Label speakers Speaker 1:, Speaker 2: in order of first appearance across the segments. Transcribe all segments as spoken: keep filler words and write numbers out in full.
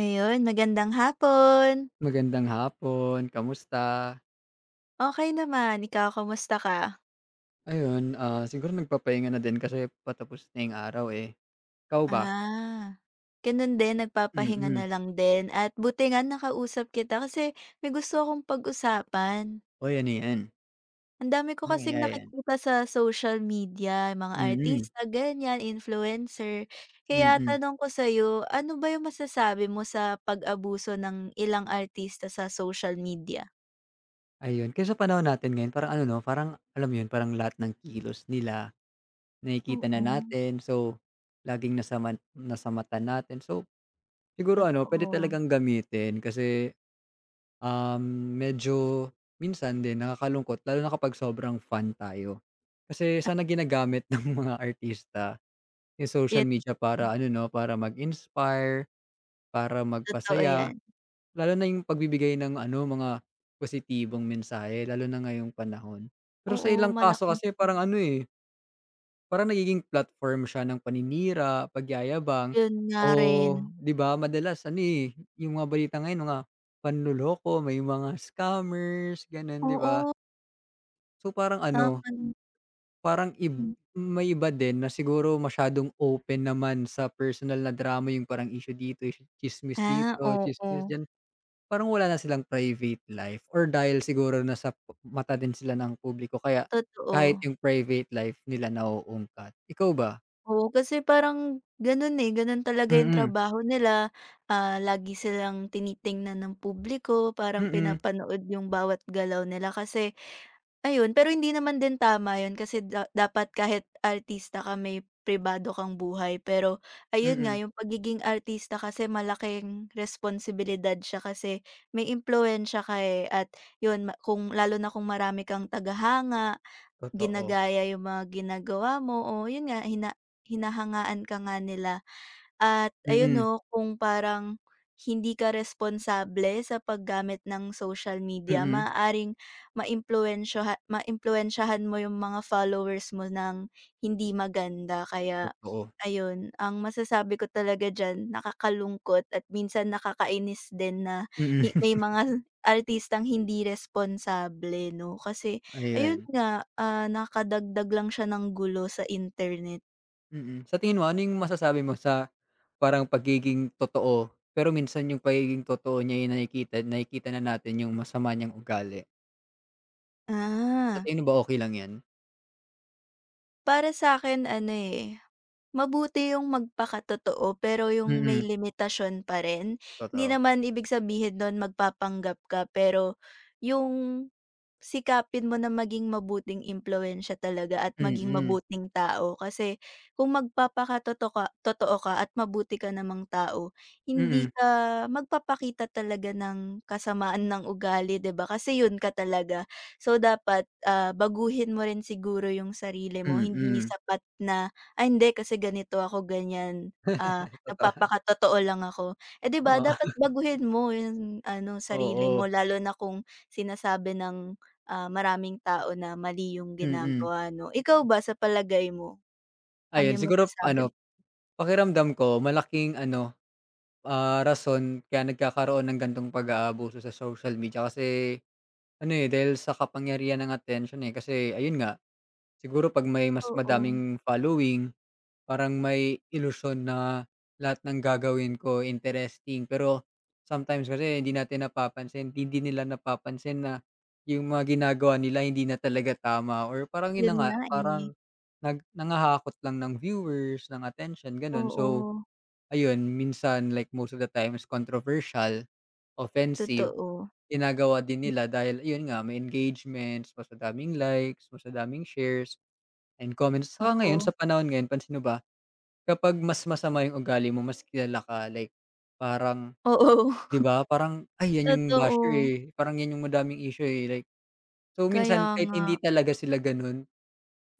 Speaker 1: Ayun, magandang hapon.
Speaker 2: Magandang hapon, kamusta?
Speaker 1: Okey naman, ikaw kamusta ka?
Speaker 2: Ayun, ah, siguro nagpapahinga na din kasi patapos na yung araw, eh. Ikaw ba?
Speaker 1: Ah, Ganun din nagpapahinga na
Speaker 2: Mm.
Speaker 1: lang din, at buti nga nakausap kita kasi may gusto akong pag-usapan.
Speaker 2: Uy, ano 'yan?
Speaker 1: Ang dami ko
Speaker 2: Anong
Speaker 1: kasing
Speaker 2: yan?
Speaker 1: nakikita sa social media, mga
Speaker 2: Mm,
Speaker 1: artista ganyan, influencer. Kaya
Speaker 2: mm.
Speaker 1: tanong ko sa'yo, ano ba yung masasabi mo sa pag-abuso ng ilang artista sa social media?
Speaker 2: Ayun, kaya sa panahon natin ngayon parang ano 'no, parang alam mo 'yun, parang lahat ng kilos nila nakikita na
Speaker 1: Oo,
Speaker 2: natin. So, laging nasa man nasa mata natin. So, siguro ano, puwede
Speaker 1: totoo.
Speaker 2: talagang gamitin kasi Um, medyo minsan din nakakalungkot lalo na kapag sobrang fan tayo. Kasi sana ginagamit ng mga artista yung social
Speaker 1: Yun,
Speaker 2: media para ano 'no, para mag-inspire, para
Speaker 1: totoo
Speaker 2: magpasaya,
Speaker 1: yan.
Speaker 2: lalo na yung pagbibigay ng ano, mga positibong mensahe lalo na ngayong panahon. Pero sa
Speaker 1: Oo,
Speaker 2: ilang kaso
Speaker 1: malaking
Speaker 2: kasi parang ano, eh, parang nagiging platform siya ng paninira, pagyayabang
Speaker 1: yun nga
Speaker 2: o
Speaker 1: rin.
Speaker 2: 'di ba madalas ano, eh, yung mga balita ngayon mga panloloko, may mga scammers gano'n, 'di ba?
Speaker 1: Oo,
Speaker 2: So, parang ano,
Speaker 1: nakakalimutan.
Speaker 2: parang ib may iba din na siguro masyadong open naman sa personal na drama, yung parang issue dito, issue, tsismis
Speaker 1: Ah,
Speaker 2: dito,
Speaker 1: oo,
Speaker 2: tsismis diyan. Parang wala na silang private life or dahil siguro nasa mata din sila ng publiko, kaya kahit
Speaker 1: totoo.
Speaker 2: yung private life nila nauungkat. Ikaw ba?
Speaker 1: Oo, kasi parang ganun, eh, ganun talaga yung
Speaker 2: Mm.
Speaker 1: trabaho nila. Ah, lagi silang tinitingnan ng publiko, parang
Speaker 2: Mm,
Speaker 1: pinapanood yung bawat galaw nila kasi ayun, pero hindi naman din tama yun kasi da dapat kahit artista ka may pribado kang buhay. Pero ayun nga,
Speaker 2: mm.
Speaker 1: yung pagiging artista kasi malaking responsibilidad siya kasi may impluwensiya ka, eh, at yun ma kung lalo na kung marami kang tagahanga.
Speaker 2: Totoo.
Speaker 1: Ginagaya yung mga ginagawa mo, o yun nga, hina hinahangaan ka nga nila. At ayun
Speaker 2: Mm,
Speaker 1: 'no, kung parang hindi ka responsable sa paggamit ng social media,
Speaker 2: mm.
Speaker 1: maaaring maimpluwensyaha maimpluwensyahan mo yung mga followers mo ng hindi maganda. Kaya
Speaker 2: Totoo.
Speaker 1: ayun, ang masasabi ko talaga diyan nakakalungkot at minsan nakakainis din na hi
Speaker 2: Mm,
Speaker 1: may mga artistang hindi responsable 'no, kasi ayun
Speaker 2: ayun.
Speaker 1: nga, ah, nakakadagdag lang siya ng gulo sa internet.
Speaker 2: Mm. Sa tingin mo, ano yung masasabi mo sa parang pagiging totoo, pero minsan yung pagiging totoo niya, eh, nakikita nakikita na natin yung masama niyang ugali. Sa
Speaker 1: Ah,
Speaker 2: tingin mo ba okey lang yan?
Speaker 1: Para sa'kin ano, eh, mabuti yung magpakatotoo pero yung
Speaker 2: Mm.
Speaker 1: may limitasyon pa rin. Hindi
Speaker 2: Totoo.
Speaker 1: naman ibig sabihin nun magpapanggap ka, pero yung sikapin mo na maging mabuting impluwensiya talaga at maging
Speaker 2: Mm.
Speaker 1: mabuting tao, kasi kung magpapakatotoo ka, totoo ka at mabuti ka namang tao, hindi
Speaker 2: Mm.
Speaker 1: ka magpapakita talaga ng kasamaan ng ugali 'di ba, kasi 'yun ka talaga. So dapat, ah, baguhin mo rin siguro 'yung sarili mo, hindi
Speaker 2: Mm.
Speaker 1: sapat na, "Ay hindi kasi ganito ako, ganyan ah,
Speaker 2: Totoo,
Speaker 1: nagpapakatotoo lang ako." Eh 'di ba
Speaker 2: oo,
Speaker 1: dapat baguhin mo 'yung ano, sarili
Speaker 2: oo,
Speaker 1: mo, lalo na kung sinasabi ng ah, maraming tao na mali yung
Speaker 2: mm.
Speaker 1: ginagawa 'no. Ikaw ba sa palagay mo, ano
Speaker 2: Ayun
Speaker 1: yung
Speaker 2: siguro
Speaker 1: masasabi mo?
Speaker 2: ano, pakiramdam ko malaking ano. Ah, rason kaya nagkakaroon ng gantong pag-aabuso sa social media kasi ano, eh, dahil sa kapangyarihan ng attention, eh. Kasi ayun nga, siguro 'pag may mas
Speaker 1: Oo,
Speaker 2: madaming following, parang may ilusyon na lahat ng gagawin ko interesting. Pero sometimes kasi hindi natin napapansin, hindi nila napapansin na yung mga ginagawa nila hindi na talaga tama or parang yun na
Speaker 1: yun
Speaker 2: nga,
Speaker 1: nga eh.
Speaker 2: parang nag nangahakot lang ng viewers, ng attention, gano'n. So,
Speaker 1: Oo,
Speaker 2: ayun, minsan like most of the times controversial, offensive,
Speaker 1: totoo.
Speaker 2: ginagawa din nila dahil ayun nga, may engagements, mas madaming likes, mas madaming shares and comments. Saka ngayon
Speaker 1: Naku,
Speaker 2: sa panahon ngayon pansin mo ba, kapag mas masama yung ugali mo mas kilala ka, like parang,
Speaker 1: oo,
Speaker 2: 'di ba parang, "Ay, yan yung basher,
Speaker 1: totoo.
Speaker 2: eh, parang yan yung madaming issue, eh." Like, so
Speaker 1: Kaya
Speaker 2: minsan kahit
Speaker 1: nga,
Speaker 2: hindi talaga sila ganun,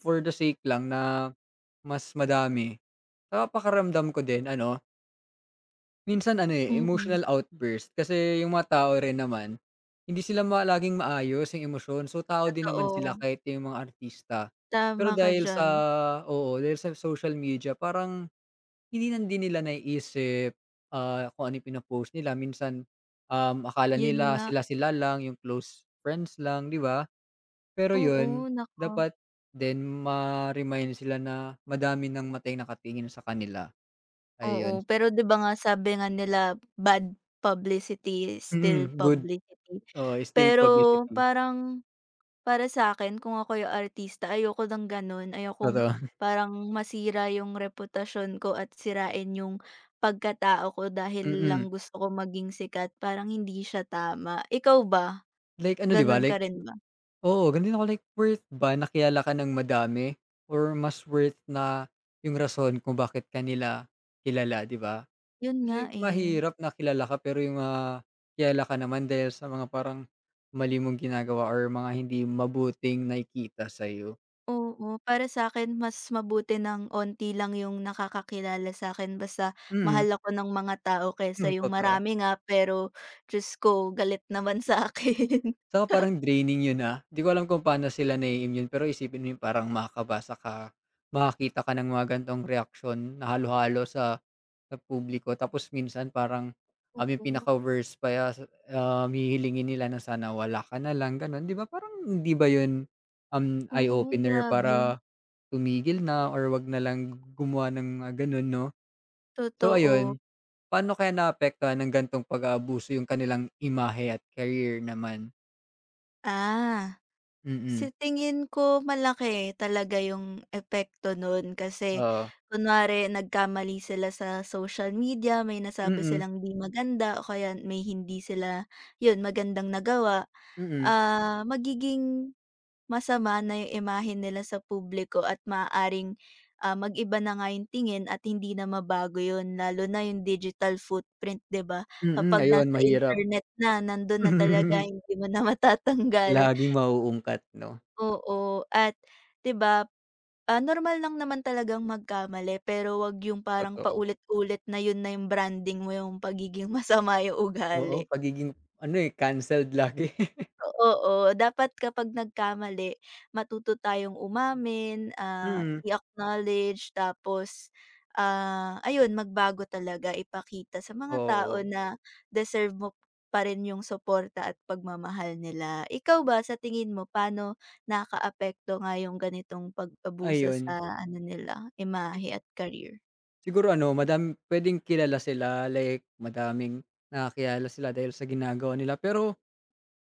Speaker 2: for the sake lang na mas madami. Sa pakaramdam ko din ano, minsan ano, eh,
Speaker 1: mm,
Speaker 2: emotional outburst kasi yung mga tao rin naman, hindi sila ma laging maayos yung emosyon. So, tao din naman sila
Speaker 1: totoo.
Speaker 2: kahit yung mga artista.
Speaker 1: Tama
Speaker 2: Pero
Speaker 1: ka
Speaker 2: dahil sa,
Speaker 1: diyan.
Speaker 2: oo, dahil sa social media, parang hindi na din nila naiisip, ah, kung ano yung pino-post nila. Minsan, um, akala
Speaker 1: Yun
Speaker 2: nila
Speaker 1: nga,
Speaker 2: sila-sila lang, yung close friends lang, 'di ba? Pero
Speaker 1: oo,
Speaker 2: yun,
Speaker 1: naku.
Speaker 2: dapat then ma-remind sila na madami ng matay nakatingin sa kanila,
Speaker 1: Oo,
Speaker 2: ayun.
Speaker 1: pero 'di ba nga sabi nga nila, "Bad publicity is still
Speaker 2: Mm, good.
Speaker 1: publicity."
Speaker 2: Oo, still
Speaker 1: Pero
Speaker 2: publicity.
Speaker 1: parang, para sa akin kung ako yung artista ayoko ng gano'n, ayokong
Speaker 2: Totoo,
Speaker 1: parang masira yung reputasyon ko at sirain yung pagkatao ko dahil
Speaker 2: mm.
Speaker 1: lang gusto ko maging sikat, parang hindi siya tama. Ikaw ba,
Speaker 2: Like ano, 'di ba,
Speaker 1: gano'n ka
Speaker 2: like
Speaker 1: rin ba?
Speaker 2: oo, gano'n din ako, like worth ba na kilala ka ng madami or mas worth na yung rason kung bakit ka nila kilala, 'di ba?
Speaker 1: 'Yun nga,
Speaker 2: Kasi
Speaker 1: eh,
Speaker 2: mahirap na kilala ka pero yung, ah, kilala ka naman dahil sa mga parang mali mong ginagawa or mga hindi mabuting nakikita sa'yo.
Speaker 1: oo. Para sa akin mas mabuti ng onti lang yung nakakakilala sa akin basta
Speaker 2: Mm,
Speaker 1: mahal ako ng mga tao kaysa
Speaker 2: hmm,
Speaker 1: yung
Speaker 2: totoo.
Speaker 1: marami nga pero Diyos ko galit naman sa akin.
Speaker 2: Saka parang draining yun, ah. Di ko alam kung paano sila nai-immune pero isipin mo yung parang makakabasa ka, makakita ka ng mga ganitong reaksyon na halo-halo sa sa publiko tapos minsan parang, um, yung
Speaker 1: Oo,
Speaker 2: pinaka-worst pa ya um, hihilingin nila na sana wala ka na lang, gano'n, di ba? Parang hindi ba yun, um,
Speaker 1: oo,
Speaker 2: eye-opener
Speaker 1: grabe,
Speaker 2: para tumigil na or wag na lang gumawa ng mga gano'n, 'no? So
Speaker 1: totoo.
Speaker 2: ayun, paano kaya naapektuhan ng gantong pag-aabuso yung kanilang imahe at career naman?
Speaker 1: Ah, sa
Speaker 2: Mm,
Speaker 1: tingin ko malaki talaga yung epekto nun kasi
Speaker 2: oo.
Speaker 1: kunwari nagkamali sila sa social media, may nasabi
Speaker 2: Mm,
Speaker 1: silang di maganda, o kaya may hindi sila yun magandang nagawa,
Speaker 2: mm,
Speaker 1: ah, magiging masama na yung imahe nila sa publiko, at maaaring ah, mag-iba na nga yung tingin at hindi na mabago yun, lalo na yung digital footprint, 'di ba?
Speaker 2: mm,
Speaker 1: Kapag
Speaker 2: ayun
Speaker 1: nasa
Speaker 2: mahirap.
Speaker 1: internet na, nandun na talaga, hindi mo na matatanggal.
Speaker 2: Laging mauungkat, 'no,
Speaker 1: Oo, at 'di ba, ah, normal lang naman talagang magkamali, pero 'wag yung parang
Speaker 2: totoo.
Speaker 1: paulit-ulit na yun na yung branding mo yung pagiging masama yung ugali.
Speaker 2: Oo, pagiging ano, eh, cancelled lagi.
Speaker 1: Oo, dapat kapag nagkamali matuto tayong umamin, ah,
Speaker 2: Mm.
Speaker 1: i-acknowledge tapos, ah, ayun magbago talaga, ipakita sa mga tao
Speaker 2: Oo,
Speaker 1: na deserve mo pa rin yung suporta at pagmamahal nila. Ikaw ba sa tingin mo paano nakakaapekto nga yung ganitong pag-abuso sa
Speaker 2: ayun.
Speaker 1: ano nila,
Speaker 2: Si
Speaker 1: imahe at career?
Speaker 2: siguro ano, madami puwedeng kilala sila, like madaming nakakilala sila dahil sa ginagawa nila pero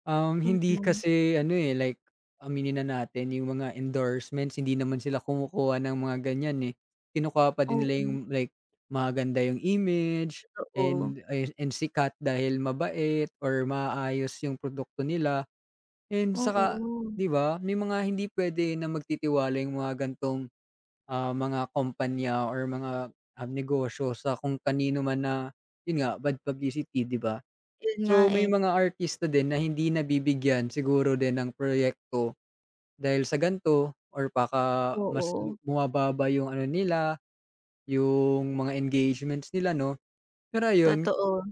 Speaker 2: Um, hindi
Speaker 1: Mm,
Speaker 2: kasi ano, eh, like aminin na natin yung mga endorsements, hindi naman sila kumukuha ng mga ganyan, eh. Kinukuha pa din
Speaker 1: oo,
Speaker 2: nila yung like maganda yung image
Speaker 1: totoo.
Speaker 2: and ay and sikat dahil mabait or maayos yung produkto nila and saka
Speaker 1: Oo,
Speaker 2: 'di ba, may mga hindi puwede na magtitiwala yung mga gantong, ah, mga kumpanya or mga, um, negosyo sa kung kanino man na yun nga, bad publicity, 'di ba?
Speaker 1: yun nga
Speaker 2: So, may
Speaker 1: eh,
Speaker 2: mga artista din na hindi nabibigyan siguro din ng proyekto dahil sa ganito or baka mas lu
Speaker 1: oo,
Speaker 2: bumababa yung ano nila, yung mga engagements nila, 'no. Pero ayun,
Speaker 1: totoo,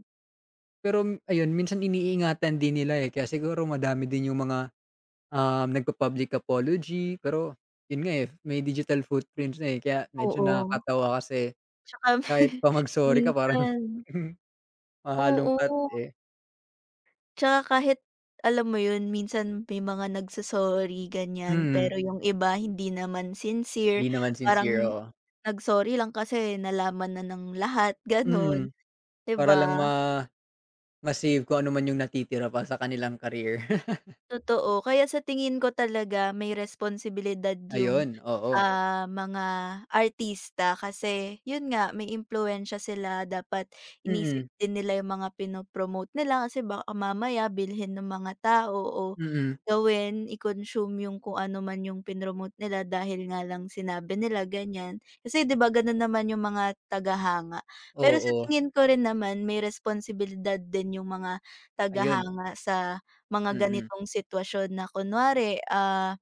Speaker 2: pero m- ayun minsan iniingatan din nila, eh, kaya siguro madami din yung mga, um, nagpa-public apology pero yun nga, eh, may digital footprints na, eh, kaya medyo
Speaker 1: oo.
Speaker 2: nakakatawa kasi
Speaker 1: Tsaka
Speaker 2: kahit pa mag-sorry ka parang
Speaker 1: minsan
Speaker 2: mahalongkat,
Speaker 1: oo,
Speaker 2: eh.
Speaker 1: tsaka kahit alam mo yun, minsan may mga nagso-sorry ganyan,
Speaker 2: Mm,
Speaker 1: pero yung iba hindi naman sincere,
Speaker 2: hindi naman sincere,
Speaker 1: parang
Speaker 2: oo.
Speaker 1: nagsorry lang kasi nalaman na ng lahat, gano'n,
Speaker 2: Mm.
Speaker 1: 'di
Speaker 2: Para lang
Speaker 1: ba?
Speaker 2: ma ma-save kung ano man yung natitira pa sa kanilang career.
Speaker 1: Totoo, kaya sa tingin ko talaga may responsibilidad yung,
Speaker 2: Ayun, oo.
Speaker 1: ah, mga artista kasi yun nga may impluwensiya sila, dapat inisip
Speaker 2: Mm,
Speaker 1: din nila yung mga pinopromote nila kasi baka mamaya bilhin ng mga tao o
Speaker 2: mm.
Speaker 1: gawin, i-consume yung kung ano man yung pinromote nila dahil nga lang sinabi nila ganyan. Kasi 'di ba ganun naman yung mga tagahanga. Pero sa
Speaker 2: Oo,
Speaker 1: tingin ko rin naman may responsibilidad din yung mga
Speaker 2: ayun.
Speaker 1: tagahanga sa mga
Speaker 2: Mm,
Speaker 1: ganitong sitwasyon, na kunwari, ah,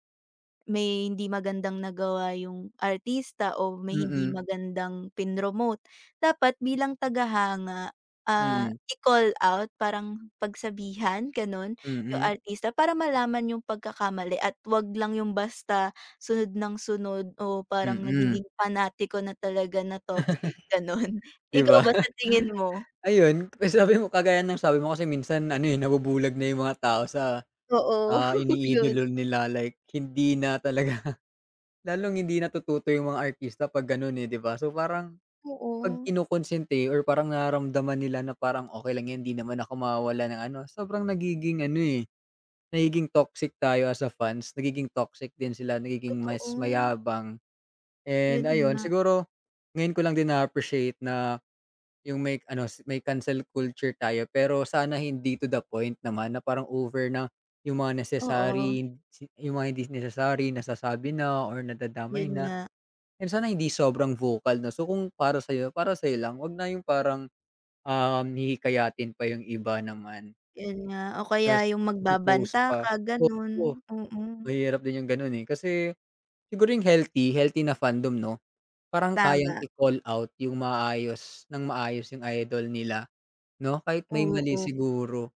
Speaker 1: may hindi magandang nagawa yung artista o may hindi
Speaker 2: mm,
Speaker 1: magandang pinromote, dapat bilang tagahanga, ah,
Speaker 2: mm,
Speaker 1: i-call out, parang pagsabihan gano'n yung
Speaker 2: mm,
Speaker 1: artista para malaman yung pagkakamali, at 'wag lang yung basta sunod ng sunod o parang
Speaker 2: mm.
Speaker 1: nagiging panatiko na talaga na toxic gano'n.
Speaker 2: 'Di
Speaker 1: Ikaw
Speaker 2: ba?
Speaker 1: ba sa tingin mo?
Speaker 2: Ayun, kasi sabi mo, kagaya ng sabi mo, kasi minsan ano, eh, nabubulag na yung mga tao sa,
Speaker 1: Oo,
Speaker 2: ah,
Speaker 1: yun.
Speaker 2: iniidolo nila, like hindi na talaga lalong hindi natututo yung mga artista 'pag gano'n, eh, 'di ba? So, parang 'pag
Speaker 1: Oo,
Speaker 2: kinokonsente or parang naramdaman nila na parang, "Okay lang 'yan, 'di naman ako mawawalan ng ano," sobrang nagiging ano, eh, nagiging toxic tayo as a fans, nagiging toxic din sila, nagiging mas
Speaker 1: totoo.
Speaker 2: mayabang
Speaker 1: Yun
Speaker 2: and ayun
Speaker 1: nga.
Speaker 2: siguro, ngayon ko lang din na-appreciate na yung may ano, s- may cancel culture tayo pero sana hindi to the point naman na parang over na yung mga
Speaker 1: Oo,
Speaker 2: necessary, si- yung mga hindi necessary nasasabi na or nadadamay
Speaker 1: yun
Speaker 2: na
Speaker 1: nga,
Speaker 2: and sana hindi sobrang vocal na. So kung para sa'yo, para sa lang, 'wag na yung parang, um, hihikayatin pa yung iba naman
Speaker 1: yun nga o kaya
Speaker 2: ta's
Speaker 1: yung
Speaker 2: post
Speaker 1: magbabanta
Speaker 2: pa.
Speaker 1: ka ganun,
Speaker 2: Oo.
Speaker 1: mm,
Speaker 2: Mahirap din yung gano'n, eh, kasi siguro yung healthy healthy na fandom, 'no, parang kayang
Speaker 1: tama,
Speaker 2: i-call out yung maayos ng maayos yung idol nila, 'no, kahit may mali
Speaker 1: oo.
Speaker 2: siguro.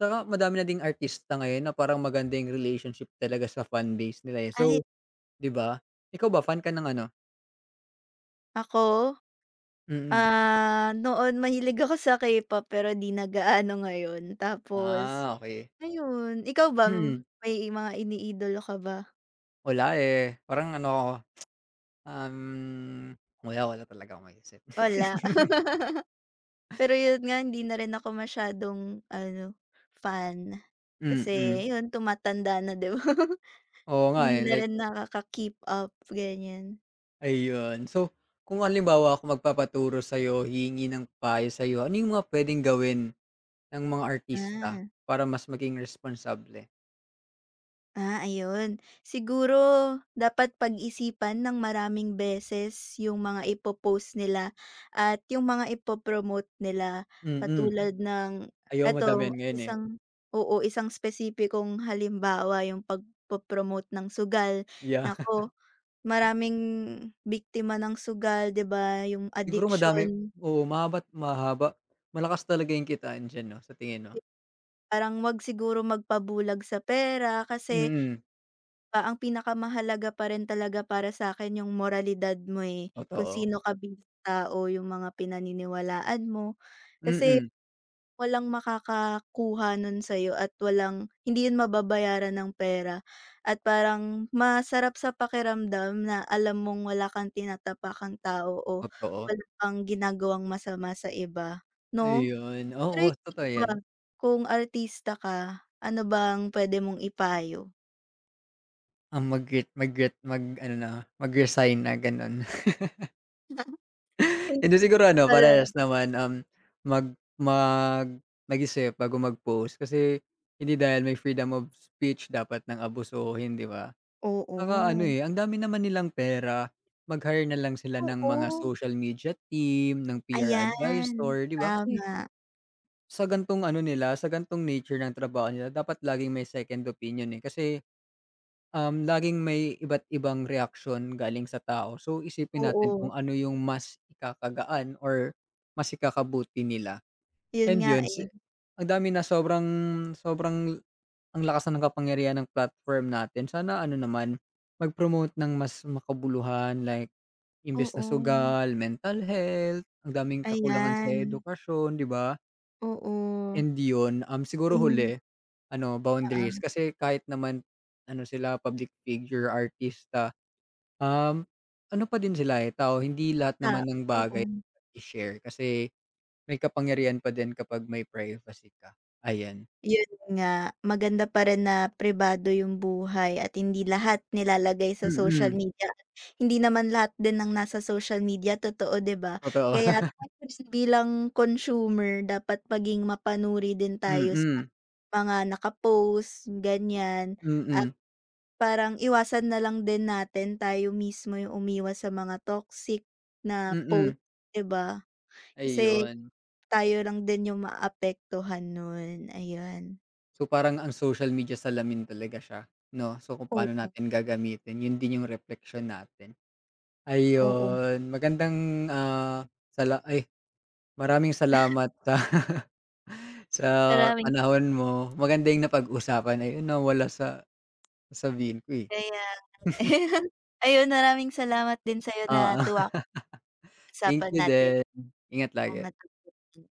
Speaker 2: Saka madami na ding artista ngayon na parang maganda yung relationship talaga sa fanbase nila, eh.
Speaker 1: Ay
Speaker 2: So, 'di ba? Ikaw ba fan ka ng ano?
Speaker 1: ako,
Speaker 2: Mm.
Speaker 1: ah, noon mahilig ako sa K-pop pero di na gaano ngayon, tapos
Speaker 2: Ah, okay.
Speaker 1: ayun, ikaw ba
Speaker 2: Mm.
Speaker 1: may mga iniidolo ka ba?
Speaker 2: Wala, eh, parang ano ako, um, wala, wala talaga akong maisip.
Speaker 1: Wala, pero yun nga hindi na rin ako masyadong ano, fan kasi
Speaker 2: Mm.
Speaker 1: yun, tumatanda na di ba?
Speaker 2: Oo nga,
Speaker 1: Hindi
Speaker 2: eh,
Speaker 1: na
Speaker 2: like
Speaker 1: rin nakaka-keep up ganyan,
Speaker 2: ayun. So, kung halimbawa ako magpapaturo sa'yo, hihingi ng payo sa'yo, ano yung mga pwedeng gawin ng mga artista
Speaker 1: ah.
Speaker 2: para mas maging responsable?
Speaker 1: Ah, ayun. Siguro dapat pag-isipan ng maraming beses yung mga ipopost nila at yung mga ipo nila. Mm.
Speaker 2: Mm.
Speaker 1: Katulad ng
Speaker 2: Ayaw
Speaker 1: eto
Speaker 2: madamihan ngayon, eh.
Speaker 1: isang oo, isang espesipikong halimbawa yung pagpo-promote ng sugal.
Speaker 2: Yeah.
Speaker 1: Naku, maraming biktima ng sugal, 'di ba? Yung
Speaker 2: Siguro madami,
Speaker 1: addiction.
Speaker 2: oo, mahaba't mahaba. Malakas talaga yung kitaan diyan, 'no, sa tingin mo?
Speaker 1: Parang 'wag siguro magpabulag sa pera kasi
Speaker 2: Mm,
Speaker 1: pa ang pinakamahalaga pa rin talaga para sa akin yung moralidad mo, eh, kung
Speaker 2: totoo.
Speaker 1: sino ka bilang tao, yung mga pinaniniwalaan mo. Kasi
Speaker 2: Mm,
Speaker 1: walang makakakuha nun sa'yo at walang hindi yun mababayaran ng pera, at parang masarap sa pakiramdam na alam mong wala kang tinatapakang tao o
Speaker 2: totoo.
Speaker 1: wala kang ginagawang masama sa iba, 'no?
Speaker 2: Ayun, oo,
Speaker 1: Pero ikaw
Speaker 2: totoo 'yan.
Speaker 1: ba, kung artista ka, ano bang puwede mong ipayo?
Speaker 2: Ang mag-quit mag-quit mag-ano na, mag-resign na, gano'n.
Speaker 1: Thank
Speaker 2: Hindi
Speaker 1: you
Speaker 2: siguro ano,
Speaker 1: pala.
Speaker 2: parehas naman, um, mag mag mag-isip bago mag-post kasi hindi dahil may freedom of speech dapat ng abusuhin, 'di ba? Saka ano,
Speaker 1: Oo.
Speaker 2: eh, ang dami naman nilang pera, mag-hire na lang sila ng mga
Speaker 1: Oo.
Speaker 2: social media team, ng P R
Speaker 1: Ayan,
Speaker 2: advisor, 'di ba? Kasi
Speaker 1: tama.
Speaker 2: sa gan'tong ano nila, sa gan'tong nature ng trabaho nila dapat laging may second opinion, eh, kasi Um, laging may iba't ibang reaksyon galing sa tao. So, isipin natin
Speaker 1: Oo,
Speaker 2: kung ano yung mas ikakagaan or mas ikakabuti nila
Speaker 1: yun
Speaker 2: and
Speaker 1: nga,
Speaker 2: yun si
Speaker 1: eh.
Speaker 2: ang dami na sobrang sobrang ang lakas na ng kapangyarihan ng platform natin. Sana ano naman, mag-promote ng mas makabuluhan, like imbes na
Speaker 1: Oo,
Speaker 2: sugal, mental health, ang daming kakulangan sa
Speaker 1: ayan.
Speaker 2: edukasyon, 'di ba?
Speaker 1: Oo,
Speaker 2: And yun, um, siguro
Speaker 1: yung
Speaker 2: huli, ano, boundaries
Speaker 1: oo,
Speaker 2: kasi kahit naman ano sila, public figure, artista, Um, ano pa din sila, eh, tao. Hindi lahat
Speaker 1: ta
Speaker 2: naman ng
Speaker 1: oo.
Speaker 2: bagay i-share kasi may kapangyarihan pa din kapag may privacy ka, ayan.
Speaker 1: Yun nga, maganda pa rin na pribado yung buhay at hindi lahat nilalagay sa social
Speaker 2: Mm,
Speaker 1: media. Hindi naman lahat din ng nasa social media totoo, 'di ba?
Speaker 2: totoo.
Speaker 1: Kaya bilang consumer dapat maging mapanuri din tayo sa
Speaker 2: Mm,
Speaker 1: mga naka-post, ganyan.
Speaker 2: mm,
Speaker 1: Parang iwasan na lang din natin, tayo mismo yung umiwas sa mga toxic na post,
Speaker 2: mm,
Speaker 1: 'di ba? Kasi
Speaker 2: ayun.
Speaker 1: tayo lang din yung maapektuhan nun, ayan.
Speaker 2: So, parang ang social media salamin talaga siya, 'no? So, kung paano
Speaker 1: Oo.
Speaker 2: natin gagamitin, yun din yung reflection natin.
Speaker 1: Oo,
Speaker 2: Ayun, magandang, ah, sala ay, maraming salamat sa sa
Speaker 1: maraming
Speaker 2: panahon mo. Maganda yung napag-usapan, ayun nawala sa sasabihin ko, eh.
Speaker 1: kaya ayun, maraming salamat din sa'yo,
Speaker 2: Oo,
Speaker 1: natuwa ako sa
Speaker 2: thank
Speaker 1: usapan
Speaker 2: you
Speaker 1: natin
Speaker 2: din. Ingat
Speaker 1: kung
Speaker 2: lagi.
Speaker 1: natutunan.